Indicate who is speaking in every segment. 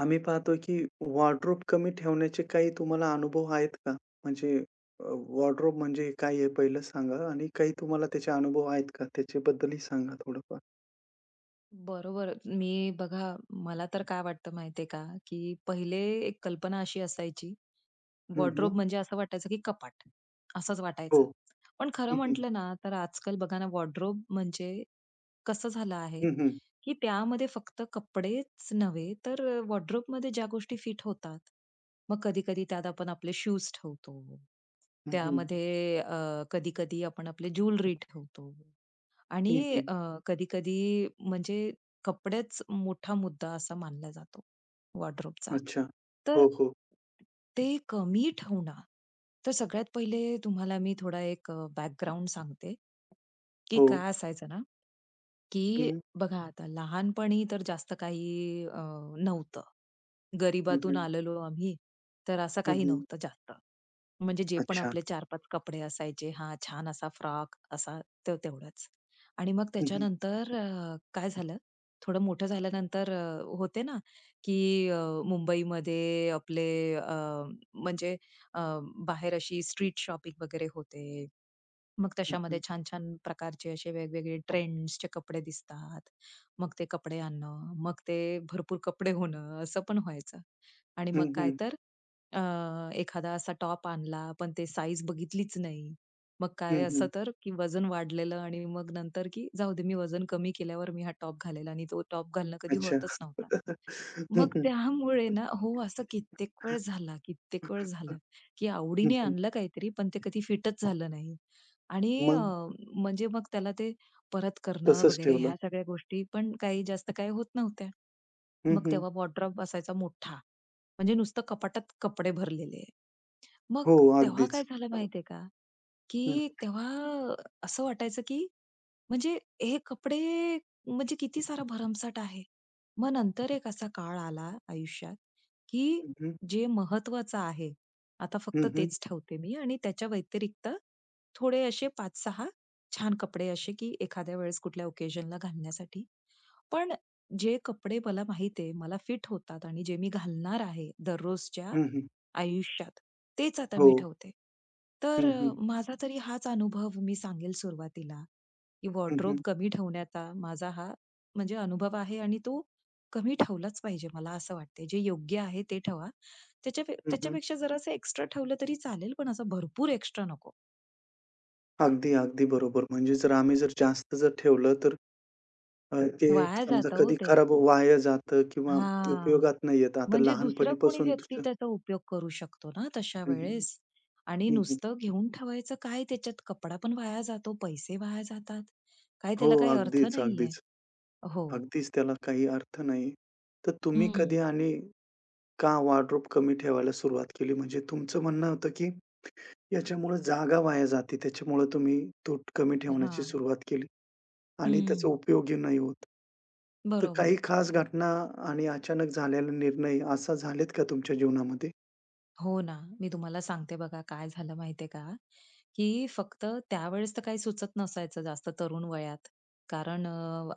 Speaker 1: आम्ही पाहतो, की वॉर्डरोब कमी ठेवण्याचे काही तुम्हाला अनुभव आहेत का? म्हणजे वॉर्डरोब म्हणजे काय आहे पहिलं सांगा आणि काही तुम्हाला त्याचे अनुभव आहेत का? त्याच्याबद्दलही सांगा थोडंफार.
Speaker 2: बरोबर. मी बघा, मला तर काय वाटतं माहितीये का, की पहिले एक कल्पना अशी असायची,
Speaker 1: हं, हं.
Speaker 2: वॉर्डरोब म्हणजे असं वाटायचं की कपाट, असंच
Speaker 1: हो.
Speaker 2: वाटायचं. पण खरं
Speaker 1: हं, हं.
Speaker 2: म्हटलं ना, तर आजकाल बघा ना, वॉर्डरोब म्हणजे कसं झालं आहे,
Speaker 1: हं, हं.
Speaker 2: की त्यामध्ये फक्त कपडेच नव्हे, तर वॉर्डरोबमध्ये ज्या गोष्टी फिट होतात, मग कधी-कधी त्यात आपण आपले शूज ठेवतो.
Speaker 1: हं, हं.
Speaker 2: त्यामध्ये कधी-कधी आपण आपली ज्वेलरी ठेवतो. आणि
Speaker 1: हं, हं.
Speaker 2: अ, कधी-कधी म्हणजे कपडेच मोठा मुद्दा असा मानला जातो वॉर्डरोबचा.
Speaker 1: अच्छा.
Speaker 2: तर
Speaker 1: हो, हो.
Speaker 2: ते कमी ठेवणं, तर सगळ्यात पहिले तुम्हाला मी थोडा एक बॅकग्राऊंड सांगते, की
Speaker 1: हो.
Speaker 2: काय असायचं ना, की
Speaker 1: हं.
Speaker 2: बघा आता लहानपणी तर जास्त काही नव्हतं.
Speaker 1: हं,
Speaker 2: गरिबातून
Speaker 1: हं.
Speaker 2: आलेलो आम्ही, तर असं
Speaker 1: हं,
Speaker 2: काही
Speaker 1: हं.
Speaker 2: नव्हतं जास्त. म्हणजे जे पण
Speaker 1: अच्छा.
Speaker 2: आपले 4-5 कपडे असायचे. हां, छान असा फ्रॉक असा तर तेवढंच. आणि मग
Speaker 1: हं, हं.
Speaker 2: त्याच्यानंतर काय झालं, थोडं मोठं झाल्यानंतर होते ना, की मुंबईमध्ये आपले अ, म्हणजे अ, बाहेर अशी स्ट्रीट शॉपिंग वगैरे होते. मग
Speaker 1: हं,
Speaker 2: तशामध्ये
Speaker 1: हं.
Speaker 2: छान-छान प्रकारचे असे वेगवेगळे ट्रेंड्सचे कपडे दिसतात. मग ते कपडे आणणं, मग ते भरपूर कपडे होणं, असं पण व्हायचं. आणि
Speaker 1: हं,
Speaker 2: मग काय
Speaker 1: हं.
Speaker 2: तर अ, एखादा असा टॉप आणला, पण ते साईज बघितलीच नाही. मग काय
Speaker 1: हं,
Speaker 2: असं
Speaker 1: हं.
Speaker 2: तर, की वजन वाढलेलं आणि मग नंतर की जाऊ दे, मी वजन कमी केल्यावर मी हा टॉप घालेल आणि तो टॉप घालणं कधी
Speaker 1: अच्छा.
Speaker 2: होतच नव्हता.
Speaker 1: हं,
Speaker 2: मग
Speaker 1: हं.
Speaker 2: त्यामुळे ना हो, असं कित्येक वेळ झाला, की
Speaker 1: हं,
Speaker 2: आवडीने
Speaker 1: हं.
Speaker 2: आणलं काहीतरी, पण ते कधी फिटच झालं नाही. आणि
Speaker 1: मग
Speaker 2: म्हणजे मग त्याला ते परत करणं
Speaker 1: तसंच
Speaker 2: वगैरे
Speaker 1: ठेवलं.
Speaker 2: ह्या सगळ्या गोष्टी पण काही जास्त काही होत नव्हत्या.
Speaker 1: हं,
Speaker 2: मग
Speaker 1: हं.
Speaker 2: तेव्हा वॉर्डरोब असायचा मोठा, म्हणजे नुसतं कपाटात कपडे भरलेले. मग
Speaker 1: हो,
Speaker 2: तेव्हा
Speaker 1: अगदीच.
Speaker 2: काय झालं माहितीये का?
Speaker 1: हं,
Speaker 2: की
Speaker 1: हं.
Speaker 2: तेव्हा असं वाटायचं की म्हणजे हे कपडे म्हणजे किती सारा भरमसाठ आहे. मग नंतर एक असा काळ आला आयुष्यात की
Speaker 1: हं, हं.
Speaker 2: जे महत्वाचं आहे, आता फक्त
Speaker 1: हं, हं.
Speaker 2: तेच ठेवते मी आणि त्याच्या व्यतिरिक्त थोडे असे पाच 6 छान कपडे असे की एखाद्या वेळेस कुठल्या ओकेजनला घालण्यासाठी. पण जे कपडे मला माहिती आहे, मला फिट होतात आणि जे मी घालणार आहे दररोजच्या
Speaker 1: हं, हं.
Speaker 2: आयुष्यात. तेच आता
Speaker 1: हो.
Speaker 2: मी ठेवते. तर
Speaker 1: हं, हं.
Speaker 2: माझा तरी हाच अनुभव मी सांगेल सुरुवातीला, की
Speaker 1: हं,
Speaker 2: वॉर्डरोब
Speaker 1: हं.
Speaker 2: कमी ठेवण्याचा माझा हा म्हणजे अनुभव आहे आणि तो कमी ठेवलाच पाहिजे मला असं वाटते. जे योग्य आहे ते ठेवा. त्याच्या
Speaker 1: हं, हं.
Speaker 2: त्याच्यापेक्षा जरासं एक्स्ट्रा ठेवलं तरी चालेल, पण असं भरपूर एक्स्ट्रा नको.
Speaker 1: अगदी, अगदी बरोबर. म्हणजे जर आम्ही जास्त ठेवलं तर ते
Speaker 2: वाया
Speaker 1: समजा
Speaker 2: जातं हो
Speaker 1: कधी
Speaker 2: ते.
Speaker 1: खराब वाया जातं किंवा
Speaker 2: हां.
Speaker 1: उपयोगात नाही येत. आता
Speaker 2: म्हणजे दुसरं कोणी
Speaker 1: लहानपणीपासून
Speaker 2: व्यक्ती
Speaker 1: तुझं
Speaker 2: त्याचा उपयोग करू शकतो ना तशा
Speaker 1: हं, हं.
Speaker 2: वेळेस. आणि
Speaker 1: हं, हं.
Speaker 2: नुसतं घेऊन ठेवायचं काय त्याच्यात कपडा पण वाया जातो, पैसे वाया जातात. काय
Speaker 1: हो,
Speaker 2: त्याला काही अर्थ
Speaker 1: अगदीच,
Speaker 2: नाहीये.
Speaker 1: अगदीच.
Speaker 2: हो.
Speaker 1: अगदीच त्याला काही अर्थ नाही. तर तुम्ही
Speaker 2: हं.
Speaker 1: कधी आणि का वॉर्डरोब कमी ठेवायला सुरुवात केली? म्हणजे तुमचं म्हणणं होतं, की याच्यामुळं जागा वाया जाते, त्याच्यामुळं तुम्ही तूट कमी ठेवण्याची
Speaker 2: हां.
Speaker 1: सुरुवात केली. आणि त्याचा
Speaker 2: हं.
Speaker 1: उपयोगही नाही होत. तर
Speaker 2: बरोबर.
Speaker 1: काही खास घटना आणि अचानक झालेला निर्णय असा झालेत का तुमच्या जीवनामध्ये?
Speaker 2: हो ना. मी तुम्हाला सांगते बघा काय झालं माहितीये का, की फक्त त्यावेळेस तर काही सुचत नसायचं जास्त तरुण वयात. कारण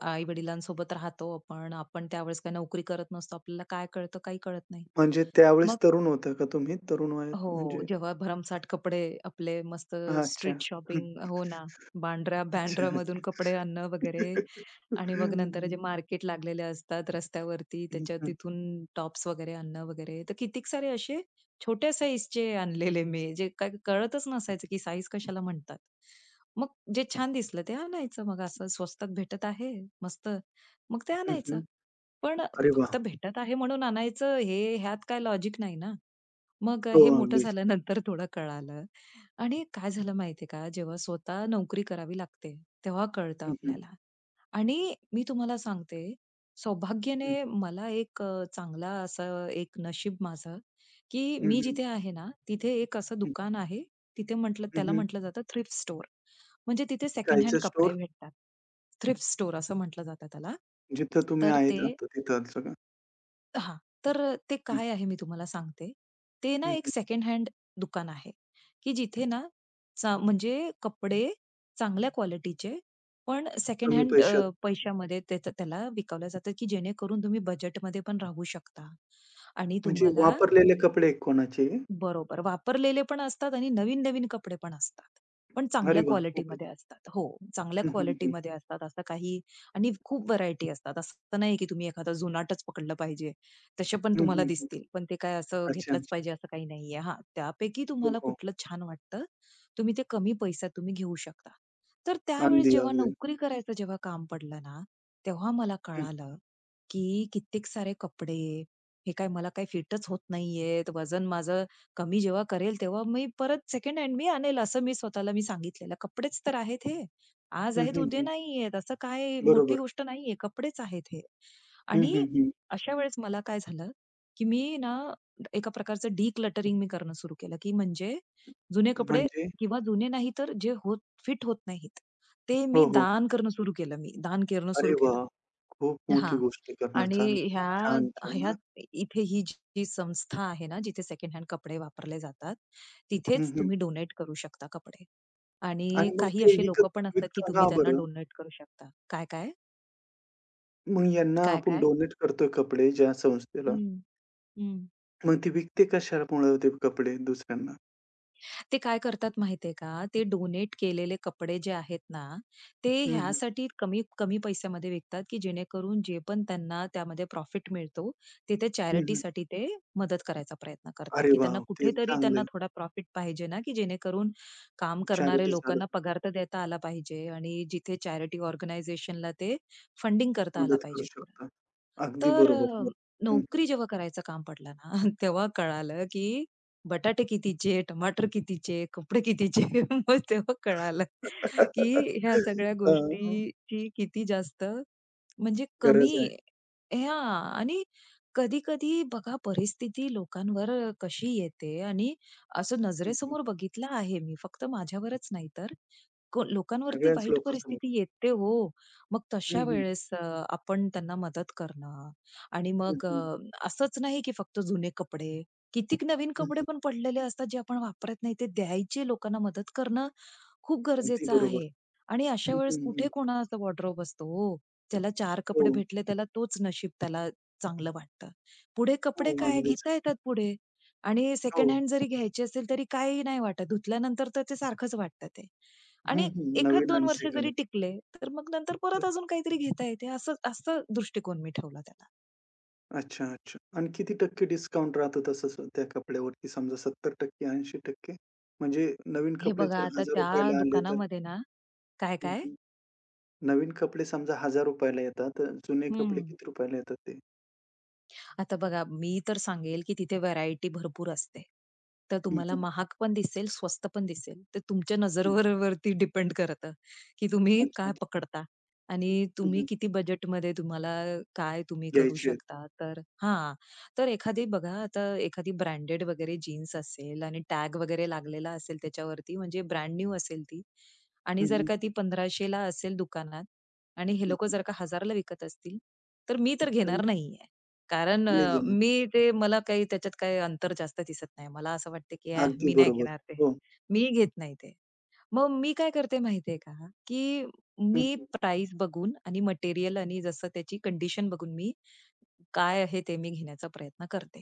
Speaker 2: आई-वडिलांसोबत राहतो आपण. आपण त्यावेळेस काही नोकरी करत नसतो. आपल्याला काय कळतं, काही कळत नाही.
Speaker 1: म्हणजे त्यावेळेस
Speaker 2: मग
Speaker 1: तरुण होता का तुम्ही? तरुण वयात
Speaker 2: हो,
Speaker 1: म्हणजे
Speaker 2: जेव्हा भरमसाठ कपडे आपले मस्त
Speaker 1: अच्छा.
Speaker 2: स्ट्रीट
Speaker 1: हं.
Speaker 2: शॉपिंग हो ना.
Speaker 1: अच्छा,
Speaker 2: बँड्रामधून
Speaker 1: अच्छा.
Speaker 2: कपडे आणणं वगैरे आणि मग नंतर जे मार्केट लागलेले असतात रस्त्यावरती,
Speaker 1: हं,
Speaker 2: त्याच्या
Speaker 1: हं,
Speaker 2: तिथून टॉप्स वगैरे आणणं वगैरे. तर कितीक सारे असे छोट्या साईजचे आणलेले मी, जे काही कळतच नसायचं की साईज कशाला म्हणतात. मग जे छान दिसलं ते आणायचं. मग असं स्वस्तात भेटत आहे, मस्त, मग ते
Speaker 1: हं,
Speaker 2: आणायचं.
Speaker 1: हं.
Speaker 2: पण
Speaker 1: अरे वाह!
Speaker 2: फक्त भेटत आहे म्हणून आणायचं हे ह्यात काय लॉजिक नाही ना. मग
Speaker 1: हो,
Speaker 2: हे मोठं
Speaker 1: अगदीच.
Speaker 2: झाल्यानंतर थोडं कळालं आणि काय झालं माहितीये का, जेव्हा स्वतः नोकरी करावी लागते, तेव्हा कळतं
Speaker 1: हं, हं,
Speaker 2: आपल्याला. आणि मी तुम्हाला सांगते, सौभाग्याने
Speaker 1: हं, हं,
Speaker 2: मला एक चांगला असं एक नशीब माझं, की मी
Speaker 1: हं,
Speaker 2: जिथे आहे ना, तिथे एक असं
Speaker 1: हं,
Speaker 2: दुकान आहे. तिथे म्हटलं
Speaker 1: हं,
Speaker 2: त्याला
Speaker 1: हं.
Speaker 2: म्हटलं जातं थ्रिफ्ट स्टोअर. म्हणजे तिथे सेकंड
Speaker 1: कायचं
Speaker 2: हँड कपडे
Speaker 1: स्टोअर
Speaker 2: भेटतात. थ्रिफ्ट स्टोअर असं म्हटलं जातं त्याला.
Speaker 1: जिथं तुम्ही
Speaker 2: तर
Speaker 1: आहेत
Speaker 2: ते
Speaker 1: आता तिथं सगळं.
Speaker 2: हां. तर ते
Speaker 1: हं,
Speaker 2: काय आहे मी तुम्हाला सांगते. ते
Speaker 1: हं,
Speaker 2: ना एक
Speaker 1: हं.
Speaker 2: सेकंड हँड दुकान आहे, की जिथे ना चा म्हणजे कपडे चांगल्या क्वालिटीचे पण सेकंड
Speaker 1: कमी
Speaker 2: हँड
Speaker 1: पैशात
Speaker 2: पैशामध्ये त्याचं त्याला विकवलं जातं, की जेणेकरून तुम्ही बजेटमध्ये पण राहू शकता आणि
Speaker 1: म्हणजे
Speaker 2: तुम्हाला
Speaker 1: वापरलेले कपडे कोणाचे?
Speaker 2: बरोबर. वापरलेले पण असतात आणि नवीन-नवीन कपडे पण असतात. पण
Speaker 1: अरे
Speaker 2: चांगल्या
Speaker 1: वाह! खूपच.
Speaker 2: क्वालिटीमध्ये असतात. हो, चांगल्या
Speaker 1: हं, हं, हं.
Speaker 2: क्वालिटीमध्ये असतात. असं काही आणि खूप व्हरायटी असतात. असं नाही की तुम्ही एखादा जुनाटच पकडलं पाहिजे. तसे पण
Speaker 1: हं,
Speaker 2: तुम्हाला
Speaker 1: हं, हं.
Speaker 2: दिसतील. पण ते काय असं
Speaker 1: अच्छा,
Speaker 2: घेतलंच
Speaker 1: अच्छा.
Speaker 2: पाहिजे असं काही नाहीये. हां, त्यापैकी
Speaker 1: हो,
Speaker 2: तुम्हाला
Speaker 1: हो.
Speaker 2: कुठलं छान वाटतं, तुम्ही ते कमी पैशात तुम्ही घेऊ शकता. तर त्यावेळेस
Speaker 1: अगदी,
Speaker 2: जेव्हा
Speaker 1: अगदी.
Speaker 2: नोकरी करायचं जेव्हा काम पडलं ना, तेव्हा मला
Speaker 1: हं.
Speaker 2: कळालं, की कित्येक सारे कपडे, हे काय मला काही फिटच होत नाहीयेत. वजन माझं कमी जेव्हा करेल तेव्हा मी परत सेकंड हँड मी आणेल असं मी स्वतःला मी सांगितलेलं. कपडेच तर आहेत हे. आज
Speaker 1: हं,
Speaker 2: आहेत
Speaker 1: हं,
Speaker 2: उद्या
Speaker 1: हं.
Speaker 2: नाहीयेत. असं काय मोठी
Speaker 1: बरोबर.
Speaker 2: गोष्ट नाहीये. कपडेच आहेत हे.
Speaker 1: हं,
Speaker 2: आणि
Speaker 1: हं, हं.
Speaker 2: अशा वेळेस मला काय झालं, की मी ना एका प्रकारचं डिक्लटरिंग मी करणं सुरू केलं, की म्हणजे जुने कपडे
Speaker 1: म्हणजे
Speaker 2: किंवा जुने नाही तर जे होत फिट होत नाहीत, ते
Speaker 1: हो,
Speaker 2: मी
Speaker 1: हो.
Speaker 2: दान करणं सुरू केलं मी. दान करणं
Speaker 1: अरे
Speaker 2: सुरू केलं.
Speaker 1: वाह! खूप मोठी
Speaker 2: हां.
Speaker 1: गोष्ट करणं
Speaker 2: आणि
Speaker 1: चालू केलं.
Speaker 2: ह्या
Speaker 1: छान, छान.
Speaker 2: ह्या
Speaker 1: हां.
Speaker 2: इथे ही जी जी संस्था आहे ना, जिथे सेकंड हँड कपडे वापरले जातात,
Speaker 1: हं,
Speaker 2: तिथेच
Speaker 1: हं.
Speaker 2: तुम्ही डोनेट करू शकता कपडे. आणि
Speaker 1: आणि मग
Speaker 2: काही
Speaker 1: ते
Speaker 2: असे लोकं
Speaker 1: विकत
Speaker 2: पण असतात, की
Speaker 1: विकता
Speaker 2: तुम्ही
Speaker 1: का
Speaker 2: त्यांना
Speaker 1: बरं?
Speaker 2: डोनेट करू शकता. काय, काय?
Speaker 1: मग यांना
Speaker 2: काय,
Speaker 1: आपण
Speaker 2: काय?
Speaker 1: डोनेट करतोय कपडे ज्या संस्थेला,
Speaker 2: हं, हं.
Speaker 1: मग ती विकते कशामुळं ते कपडे दुसऱ्यांना?
Speaker 2: ते काय करतात माहितीये का? ते डोनेट केलेले कपडे जे आहेत ना, ते
Speaker 1: हं, हं.
Speaker 2: ह्यासाठी कमी कमी पैशामध्ये विकतात, की जेणेकरून जे पण त्यांना त्यामध्ये प्रॉफिट मिळतो, ते त्या
Speaker 1: हं, हं.
Speaker 2: चॅरिटीसाठी ते मदत करायचा प्रयत्न करतात,
Speaker 1: अरे
Speaker 2: की त्यांना
Speaker 1: वाह! ते
Speaker 2: कुठेतरी
Speaker 1: चांगलं
Speaker 2: त्यांना
Speaker 1: आहे.
Speaker 2: थोडा प्रॉफिट पाहिजे ना, की जेणेकरून काम करणारे
Speaker 1: चॅरिटी चालत
Speaker 2: लोकांना पगार तर देता आला पाहिजे आणि जिथे चॅरिटी ऑर्गनायझेशनला ते फंडिंग करता आला
Speaker 1: मदत करू
Speaker 2: पाहिजे थोडा.
Speaker 1: शकता. अगदी
Speaker 2: तर
Speaker 1: बरोबर. हं, हं.
Speaker 2: नोकरी जेव्हा करायचं काम पडलं ना, तेव्हा कळालं, की बटाटे कितीचे, टमाटर कितीचे, कपडे कितीचे. मग तेव्हा कळालं, की ह्या सगळ्या
Speaker 1: अ,
Speaker 2: गोष्टीची किती जास्त म्हणजे
Speaker 1: गरज
Speaker 2: कमी
Speaker 1: आहे.
Speaker 2: हां. आणि कधी-कधी बघा परिस्थिती लोकांवर कशी येते आणि असं
Speaker 1: हं, हं.
Speaker 2: नजरेसमोर बघितलं आहे मी, फक्त माझ्यावरच नाही तर. को लोकांवरती
Speaker 1: सगळ्याच
Speaker 2: वाईट
Speaker 1: लोकांसमोर.
Speaker 2: परिस्थिती येते हो. मग
Speaker 1: हं,
Speaker 2: तशा
Speaker 1: हं.
Speaker 2: वेळेस आपण त्यांना मदत करणं आणि
Speaker 1: हं,
Speaker 2: मग
Speaker 1: हं.
Speaker 2: असंच नाही की फक्त जुने कपडे, कितीक नवीन
Speaker 1: हं,
Speaker 2: कपडे
Speaker 1: हं.
Speaker 2: पण पडलेले असतात जे आपण वापरत नाही, ते द्यायचे लोकांना मदत करणं खूप
Speaker 1: अगदी
Speaker 2: गरजेचं
Speaker 1: बरोबर.
Speaker 2: आहे. आणि अशा
Speaker 1: हं,
Speaker 2: वेळेस
Speaker 1: हं, हं.
Speaker 2: कुठे कोणाचा वॉर्डरोब असतो हो. त्याला 4
Speaker 1: हो,
Speaker 2: कपडे भेटले त्याला तोच नशीब त्याला चांगलं वाटतं. पुढे
Speaker 1: हो.
Speaker 2: कपडे काय
Speaker 1: अगदीच.
Speaker 2: घेता येतात पुढे आणि सेकंड
Speaker 1: हो.
Speaker 2: हँड जरी घ्यायचे असेल तरी काही नाही वाटत. धुतल्यानंतर तर ते सारखंच वाटतं ते.
Speaker 1: हं,
Speaker 2: आणि
Speaker 1: हं.
Speaker 2: 1
Speaker 1: नवीन
Speaker 2: दोन
Speaker 1: आणि
Speaker 2: वर्ष
Speaker 1: सेकंड.
Speaker 2: जरी टिकले, तर मग नंतर
Speaker 1: तर
Speaker 2: परत अजून काहीतरी घेता येते. असं असा दृष्टिकोन मी ठेवला त्याला.
Speaker 1: अच्छा, अच्छा. आणि किती टक्के डिस्काउंट राहतं तसं स त्या कपड्यावरती समजा 70% 80%? म्हणजे नवीन
Speaker 2: हे
Speaker 1: कपडे
Speaker 2: बघा,
Speaker 1: जर
Speaker 2: आता
Speaker 1: ₹1000
Speaker 2: त्या
Speaker 1: ला आले तर
Speaker 2: दुकानामध्ये ना काय,
Speaker 1: हं,
Speaker 2: काय?
Speaker 1: हं. नवीन कपडे समजा ₹1000 ला येतात, तर जुने कपडे
Speaker 2: हं.
Speaker 1: किती रुपयाला येतात ते?
Speaker 2: आता बघा, मी तर सांगेल, की तिथे व्हरायटी भरपूर असते. तर
Speaker 1: हं,
Speaker 2: तुम्हाला
Speaker 1: हं.
Speaker 2: महाग पण दिसेल, स्वस्त पण दिसेल. तर तुमच्या
Speaker 1: हं,
Speaker 2: नजरेवरती डिपेंड करतं, की
Speaker 1: हं.
Speaker 2: तुम्ही
Speaker 1: अच्छा,
Speaker 2: काय
Speaker 1: अच्छा.
Speaker 2: पकडता आणि
Speaker 1: हं,
Speaker 2: तुम्ही
Speaker 1: हं.
Speaker 2: किती बजेटमध्ये तुम्हाला काय तुम्ही करू
Speaker 1: घ्यायचे आहेत.
Speaker 2: शकता. तर हां, तर एखादी बघा, आता एखादी ब्रँडेड वगैरे जीन्स असेल आणि टॅग वगैरे लागलेला असेल त्याच्यावरती, म्हणजे ब्रँड न्यू असेल ती आणि
Speaker 1: हं,
Speaker 2: जर
Speaker 1: हं.
Speaker 2: का ती 1500 ला असेल दुकानात आणि हे
Speaker 1: हं,
Speaker 2: लोकं
Speaker 1: हं.
Speaker 2: जर का 1000 विकत असतील, तर मी तर
Speaker 1: काही
Speaker 2: घेणार नाहीये. कारण
Speaker 1: नाही घेणार.
Speaker 2: मी ते मला काही त्याच्यात काही अंतर जास्त दिसत नाही. मला असं वाटतं, की "ॲह,
Speaker 1: अगदी
Speaker 2: मी नाही
Speaker 1: बरोबर.
Speaker 2: घेणार ते.
Speaker 1: हो.
Speaker 2: मी घेत नाही ते." मग मी काय करते माहितीये का, की
Speaker 1: हं,
Speaker 2: मी
Speaker 1: हं.
Speaker 2: प्राइस बघून आणि मटेरियल आणि जसं त्याची कंडिशन बघून मी काय आहे ते मी घेण्याचा प्रयत्न करते.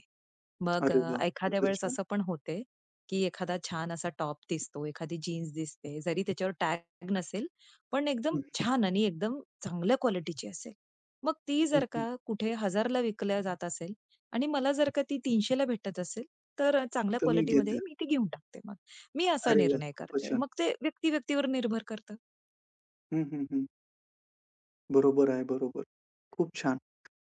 Speaker 2: मग
Speaker 1: अरे वाह!
Speaker 2: एखाद्या
Speaker 1: खूपच
Speaker 2: वेळेस
Speaker 1: छान.
Speaker 2: असं पण होते, की एखादा छान असा टॉप दिसतो, एखादी जीन्स दिसते, जरी त्याच्यावर टॅग नसेल, पण एकदम
Speaker 1: हं,
Speaker 2: छान आणि एकदम चांगल्या क्वालिटीची असेल. मग ती
Speaker 1: हं,
Speaker 2: जर
Speaker 1: हं.
Speaker 2: का कुठे 1000ला विकल्या जात असेल आणि मला जर का ती 300ला भेटत असेल, तर चांगल्या
Speaker 1: तुम्ही
Speaker 2: क्वालिटीमध्ये
Speaker 1: घेता.
Speaker 2: मी ती घेऊन टाकते मग. मी असा
Speaker 1: अरे वाह!
Speaker 2: निर्णय
Speaker 1: खूपच
Speaker 2: करते.
Speaker 1: छान.
Speaker 2: मग ते व्यक्ती-व्यक्तीवर निर्भर करतं.
Speaker 1: हं, हं, हं. बरोबर आहे, बरोबर. खूप छान.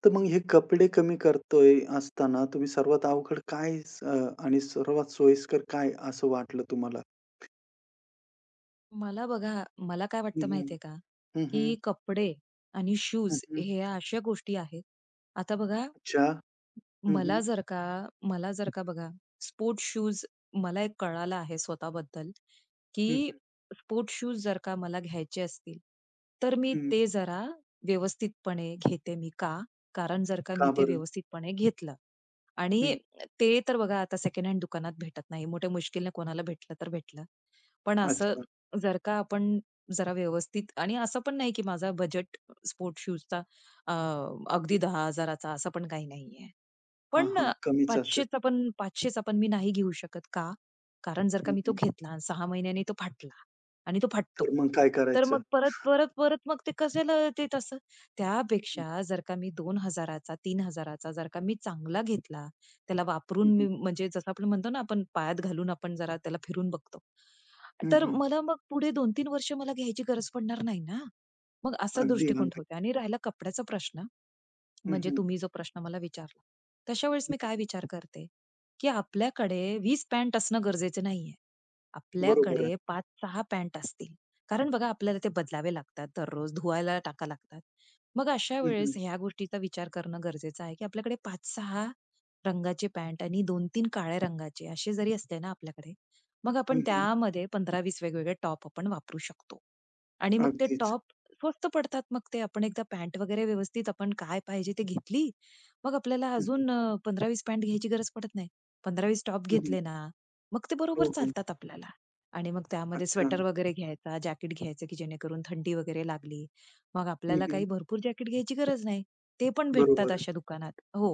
Speaker 1: तर मग हे कपडे कमी करतोय असताना तुम्ही सर्वात अवघड काय आणि सर्वात सोयीस्कर काय असं वाटलं तुम्हाला?
Speaker 2: मला बघा, मला काय
Speaker 1: हं,
Speaker 2: वाटतं
Speaker 1: हं.
Speaker 2: माहितीये का,
Speaker 1: हं, हं.
Speaker 2: की कपडे आणि
Speaker 1: हं,
Speaker 2: शूज
Speaker 1: हं.
Speaker 2: हे अशा गोष्टी आहेत. आता बघा,
Speaker 1: अच्छा. हं, हं.
Speaker 2: मला जर का मला जर का बघा, स्पोर्ट्स शूज मला एक कळालं आहे स्वतःबद्दल,
Speaker 1: हं,
Speaker 2: की
Speaker 1: हं.
Speaker 2: स्पोर्ट्स शूज जर का मला घ्यायचे असतील, तर मी
Speaker 1: हं.
Speaker 2: ते जरा व्यवस्थितपणे घेते मी. का? कारण जर का मी
Speaker 1: का
Speaker 2: ते
Speaker 1: बरं?
Speaker 2: व्यवस्थितपणे घेतलं आणि
Speaker 1: हं.
Speaker 2: ते तर बघा आता सेकंड हँड दुकानात भेटत नाही. मोठ्या मुश्किलने कोणाला भेटलं तर भेटलं. पण असं
Speaker 1: अच्छा.
Speaker 2: जर का आपण जरा व्यवस्थित आणि असं पण नाही की माझा बजेट स्पोर्ट्स शूजचा अगदी 10,000 चा असं पण काही नाहीये.
Speaker 1: हां,
Speaker 2: पण
Speaker 1: हां. कमीच असेल.
Speaker 2: 500चा पण मी नाही घेऊ शकत. का? कारण जर का
Speaker 1: हं,
Speaker 2: मी तो
Speaker 1: हं.
Speaker 2: घेतला आणि 6 महिन्यांनी तो फाटला आणि तो फाटतो.
Speaker 1: तर मग काय
Speaker 2: तर
Speaker 1: करायचं?
Speaker 2: मग परत, परत, परत मग ते कशाला ते तसं?
Speaker 1: हं,
Speaker 2: त्यापेक्षा जर का मी 2,000चा 3,000चा जर का मी चांगला घेतला, त्याला
Speaker 1: हं,
Speaker 2: वापरून
Speaker 1: हं.
Speaker 2: मी म्हणजे जसं आपण म्हणतो ना, आपण पायात घालून आपण जरा त्याला फिरून बघतो.
Speaker 1: हं,
Speaker 2: तर
Speaker 1: हं.
Speaker 2: मला मग पुढे 2-3 वर्ष मला घ्यायची गरज पडणार नाही ना. मग असा
Speaker 1: अगदी,
Speaker 2: दृष्टिकोन
Speaker 1: अगदी.
Speaker 2: ठेवते आणि राहिला कपड्याचा प्रश्न,
Speaker 1: हं,
Speaker 2: म्हणजे
Speaker 1: हं.
Speaker 2: तुम्ही जो प्रश्न मला विचारला. तशा वेळेस
Speaker 1: हं,
Speaker 2: मी काय
Speaker 1: हं.
Speaker 2: विचार करते, की आपल्याकडे 20 पॅन्ट असणं गरजेचं नाहीये.
Speaker 1: बरोबर आहे.
Speaker 2: आपल्याकडे पाच सहा पॅन्ट असतील. कारण बघा आपल्याला ते बदलावे लागतात, दररोज धुवायला टाका लागतात. मग अशा
Speaker 1: हं, हं.
Speaker 2: वेळेस ह्या गोष्टीचा विचार करणं गरजेचं आहे, की आपल्याकडे 5-6 रंगाची पॅन्ट आणि 2 तीन काळ्या रंगाचे असे जरी असले ना आपल्याकडे, मग
Speaker 1: हं,
Speaker 2: आपण
Speaker 1: हं.
Speaker 2: त्यामध्ये 15-20 वेगवेगळे टॉप आपण वापरू शकतो. आणि मग ते
Speaker 1: अगदीच.
Speaker 2: टॉप स्वस्त पडतात. मग ते आपण एकदा पॅन्ट वगैरे व्यवस्थित आपण काय पाहिजे ते घेतली, मग आपल्याला
Speaker 1: हं, हं.
Speaker 2: अजून 15 पॅन्ट घ्यायची गरज पडत नाही. 15-20 टॉप
Speaker 1: हं, हं.
Speaker 2: घेतले ना, मग ते
Speaker 1: हो,
Speaker 2: बरोबर
Speaker 1: हो.
Speaker 2: चालतात आपल्याला. आणि मग त्यामध्ये
Speaker 1: अच्छा.
Speaker 2: स्वेटर वगैरे घ्यायचा, जॅकेट घ्यायचं की जेणेकरून थंडी वगैरे लागली, मग
Speaker 1: हं,
Speaker 2: आपल्याला
Speaker 1: हं.
Speaker 2: काही भरपूर जॅकेट घ्यायची गरज नाही. ते पण भेटतात
Speaker 1: बरोबर आहे.
Speaker 2: अशा दुकानात. हो,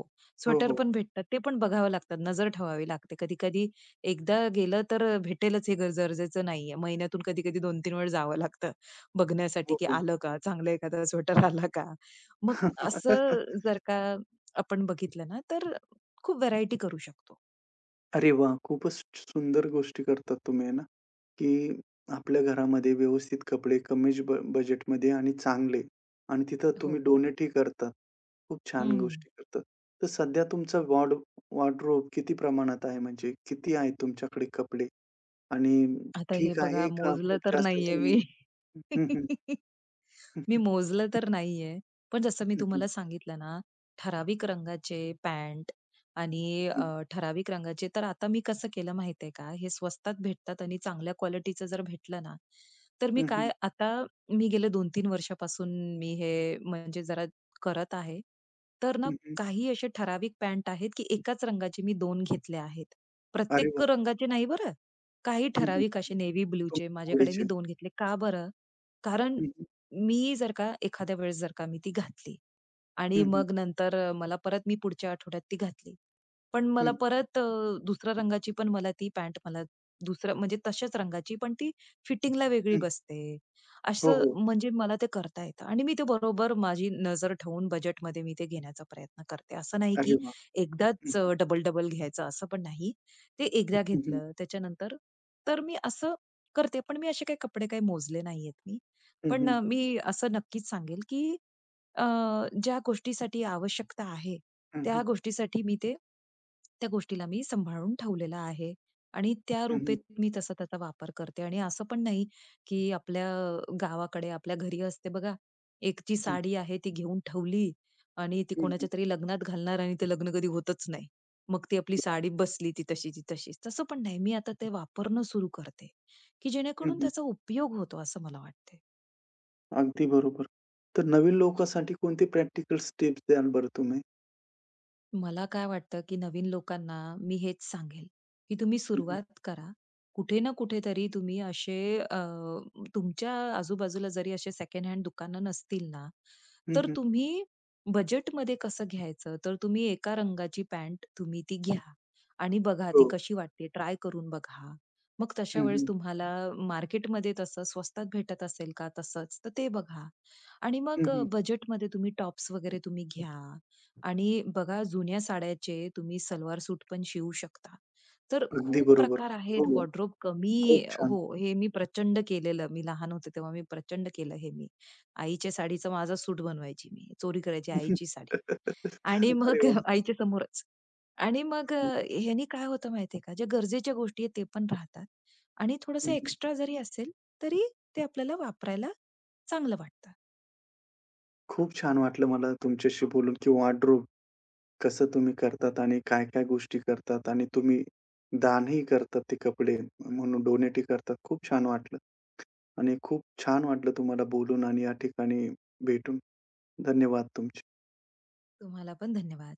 Speaker 1: हो,
Speaker 2: स्वेटर
Speaker 1: हो.
Speaker 2: पण भेटतात. ते पण बघावं लागतात, नजर ठेवावी लागते. कधी-कधी एकदा गेलं तर भेटेलच हे गर गरजेचं नाहीये. महिन्यातून कधी-कधी 2-3 वेळ जावं लागतं बघण्यासाठी,
Speaker 1: हो,
Speaker 2: की
Speaker 1: हो.
Speaker 2: आलं का? चांगलं एखादा स्वेटर आला का? मग असं जर का आपण बघितलं ना, तर खूप व्हरायटी करू शकतो.
Speaker 1: अरे वाह! खूपच सुंदर गोष्टी करतात तुम्ही, आहे ना, की आपल्या घरामध्ये व्यवस्थित कपडे कमी ज ब बजेटमध्ये आणि चांगले आणि तिथं तुम्ही
Speaker 2: हो.
Speaker 1: डोनेटही करतात. खूप छान
Speaker 2: हं.
Speaker 1: गोष्टी करतात. तर सध्या तुमचा वॉर्ड वॉर्डरोब किती प्रमाणात आहे? म्हणजे किती आहेत तुमच्याकडे कपडे? आणि
Speaker 2: आता हे
Speaker 1: ठीक
Speaker 2: बघा
Speaker 1: आहे का
Speaker 2: मोजलं
Speaker 1: खूप
Speaker 2: तर
Speaker 1: जास्त
Speaker 2: नाहीये
Speaker 1: तुम्ही
Speaker 2: मी.
Speaker 1: हं, हं. हं,
Speaker 2: मी
Speaker 1: हं.
Speaker 2: मोजलं तर नाहीये. पण जसं मी
Speaker 1: हं, हं.
Speaker 2: तुम्हाला सांगितलं ना, ठराविक रंगाचे पॅन्ट आणि
Speaker 1: हं, हं.
Speaker 2: ठराविक रंगाचे तर आता मी कसं केलं माहिती आहे का, हे स्वस्तात भेटतात आणि चांगल्या क्वालिटीचं जर भेटलं ना, तर मी
Speaker 1: हं, हं.
Speaker 2: काय आता मी गेले 2 तीन वर्षापासून मी हे म्हणजे जरा करत आहे. तर ना
Speaker 1: हं, हं.
Speaker 2: काही असे ठराविक पॅन्ट आहेत, की एकाच रंगाचे मी 2 घेतले आहेत.
Speaker 1: अरे
Speaker 2: प्रत्येक
Speaker 1: वाह!
Speaker 2: रंगाचे नाही बरं. काही
Speaker 1: हं, हं.
Speaker 2: ठराविक असे नेव्ही ब्लूचे
Speaker 1: तुमच्या
Speaker 2: माझ्याकडे मी
Speaker 1: आवडीचे.
Speaker 2: 2 घेतले. का बरं? कारण
Speaker 1: हं, हं.
Speaker 2: मी जर का एखाद्या वेळेस जर का मी ती घातली
Speaker 1: हं,
Speaker 2: आणि
Speaker 1: हं.
Speaker 2: मग नंतर मला परत मी पुढच्या आठवड्यात ती घातली. पण मला
Speaker 1: हं,
Speaker 2: परत दुसऱ्या रंगाची पण मला ती पॅन्ट मला दुसरं म्हणजे तशाच रंगाची पण ती फिटिंगला वेगळी
Speaker 1: हं.
Speaker 2: बसते.
Speaker 1: हो,
Speaker 2: असं
Speaker 1: हो.
Speaker 2: म्हणजे मला ते करता येतं आणि मी ते बरोबर माझी नजर ठेवून बजेटमध्ये मी ते घेण्याचा प्रयत्न करते. असं नाही
Speaker 1: अरे
Speaker 2: की
Speaker 1: वाह! हं,
Speaker 2: एकदाच
Speaker 1: हं.
Speaker 2: डबल-डबल घ्यायचं असं पण नाही. ते एकदा
Speaker 1: हं, हं.
Speaker 2: घेतलं त्याच्यानंतर तर मी असं करते. पण मी असे काही कपडे काही मोजले नाहीयेत मी.
Speaker 1: हं,
Speaker 2: पण
Speaker 1: हं.
Speaker 2: मी असं नक्कीच सांगेल, की अ, ज्या गोष्टीसाठी आवश्यकता आहे,
Speaker 1: हं,
Speaker 2: त्या
Speaker 1: हं.
Speaker 2: गोष्टीसाठी मी ते त्या गोष्टीला मी सांभाळून ठेवलेलं आहे आणि त्या
Speaker 1: हं, हं.
Speaker 2: रूपेत मी तसा त्याचा वापर करते. आणि असं पण नाही, की आपल्या गावाकडे आपल्या घरी असते बघा, एकची साडी आहे ती घेऊन ठेवली आणि ती
Speaker 1: हं, हं.
Speaker 2: कोणाच्या तरी लग्नात घालणार आणि ते लग्न कधी होतच नाही. मग ती आपली साडी बसली ती तशीची तशीच. तसं पण नाही. मी आता ते वापरणं सुरू करते, की
Speaker 1: हं,
Speaker 2: जेणेकरून
Speaker 1: हं.
Speaker 2: त्याचा उपयोग होतो असं मला वाटते.
Speaker 1: अगदी बरोबर. तर नवीन लोकांसाठी कोणते प्रॅक्टिकल टिप्स द्याल बरं तुम्ही?
Speaker 2: मला काय वाटतं, की नवीन लोकांना मी हेच सांगेल, की तुम्ही
Speaker 1: हं, हं.
Speaker 2: सुरुवात करा. कुठे ना कुठेतरी तुम्ही असे अ, तुमच्या आजूबाजूला जरी असे सेकंड हँड दुकानं नसतील ना,
Speaker 1: हं,
Speaker 2: तर
Speaker 1: हं.
Speaker 2: तुम्ही बजेटमध्ये कसं घ्यायचं, तर तुम्ही एका रंगाची पॅन्ट तुम्ही ती घ्या आणि बघा ती
Speaker 1: हो.
Speaker 2: कशी वाटते, ट्राय करून बघा. मग तशा
Speaker 1: हं,
Speaker 2: वेळेस
Speaker 1: हं.
Speaker 2: तुम्हाला मार्केटमध्ये तसं स्वस्तात भेटत असेल का तसंच, तर ते बघा. आणि
Speaker 1: हं,
Speaker 2: मग
Speaker 1: हं.
Speaker 2: बजेटमध्ये तुम्ही टॉप्स वगैरे तुम्ही घ्या आणि बघा जुन्या साड्याचे तुम्ही सलवार सूट पण शिवू शकता. तर
Speaker 1: अगदी
Speaker 2: खूप
Speaker 1: बरोबर.
Speaker 2: प्रकार आहेत
Speaker 1: हो, हो.
Speaker 2: वॉर्डरोब
Speaker 1: खूप
Speaker 2: कमी
Speaker 1: छान.
Speaker 2: हो, हे मी प्रचंड केलेलं. मी लहान होते तेव्हा मी प्रचंड केलं हे मी. आईच्या साडीचा माझा सूट बनवायची मी. चोरी करायची आईची साडी आणि
Speaker 1: अरे
Speaker 2: मग
Speaker 1: वाह!
Speaker 2: आईच्या समोरच. आणि मग ह्यानी काय होतं माहितीये का, ज्या गरजेच्या गोष्टी आहेत ते पण राहतात आणि थोडंसं
Speaker 1: हं, हं.
Speaker 2: एक्स्ट्रा जरी असेल, तरी ते आपल्याला वापरायला चांगलं वाटतं.
Speaker 1: खूप छान वाटलं मला तुमच्याशी बोलून की वॉर्डरोब कसं तुम्ही करतात आणि काय-काय गोष्टी करतात आणि तुम्ही दानही करतात ते कपडे म्हणून डोनेटही करतात. खूप छान वाटलं आणि खूप छान वाटलं तुम्हाला बोलून आणि या ठिकाणी भेटून. धन्यवाद तुमचे.
Speaker 2: तुम्हाला पण धन्यवाद.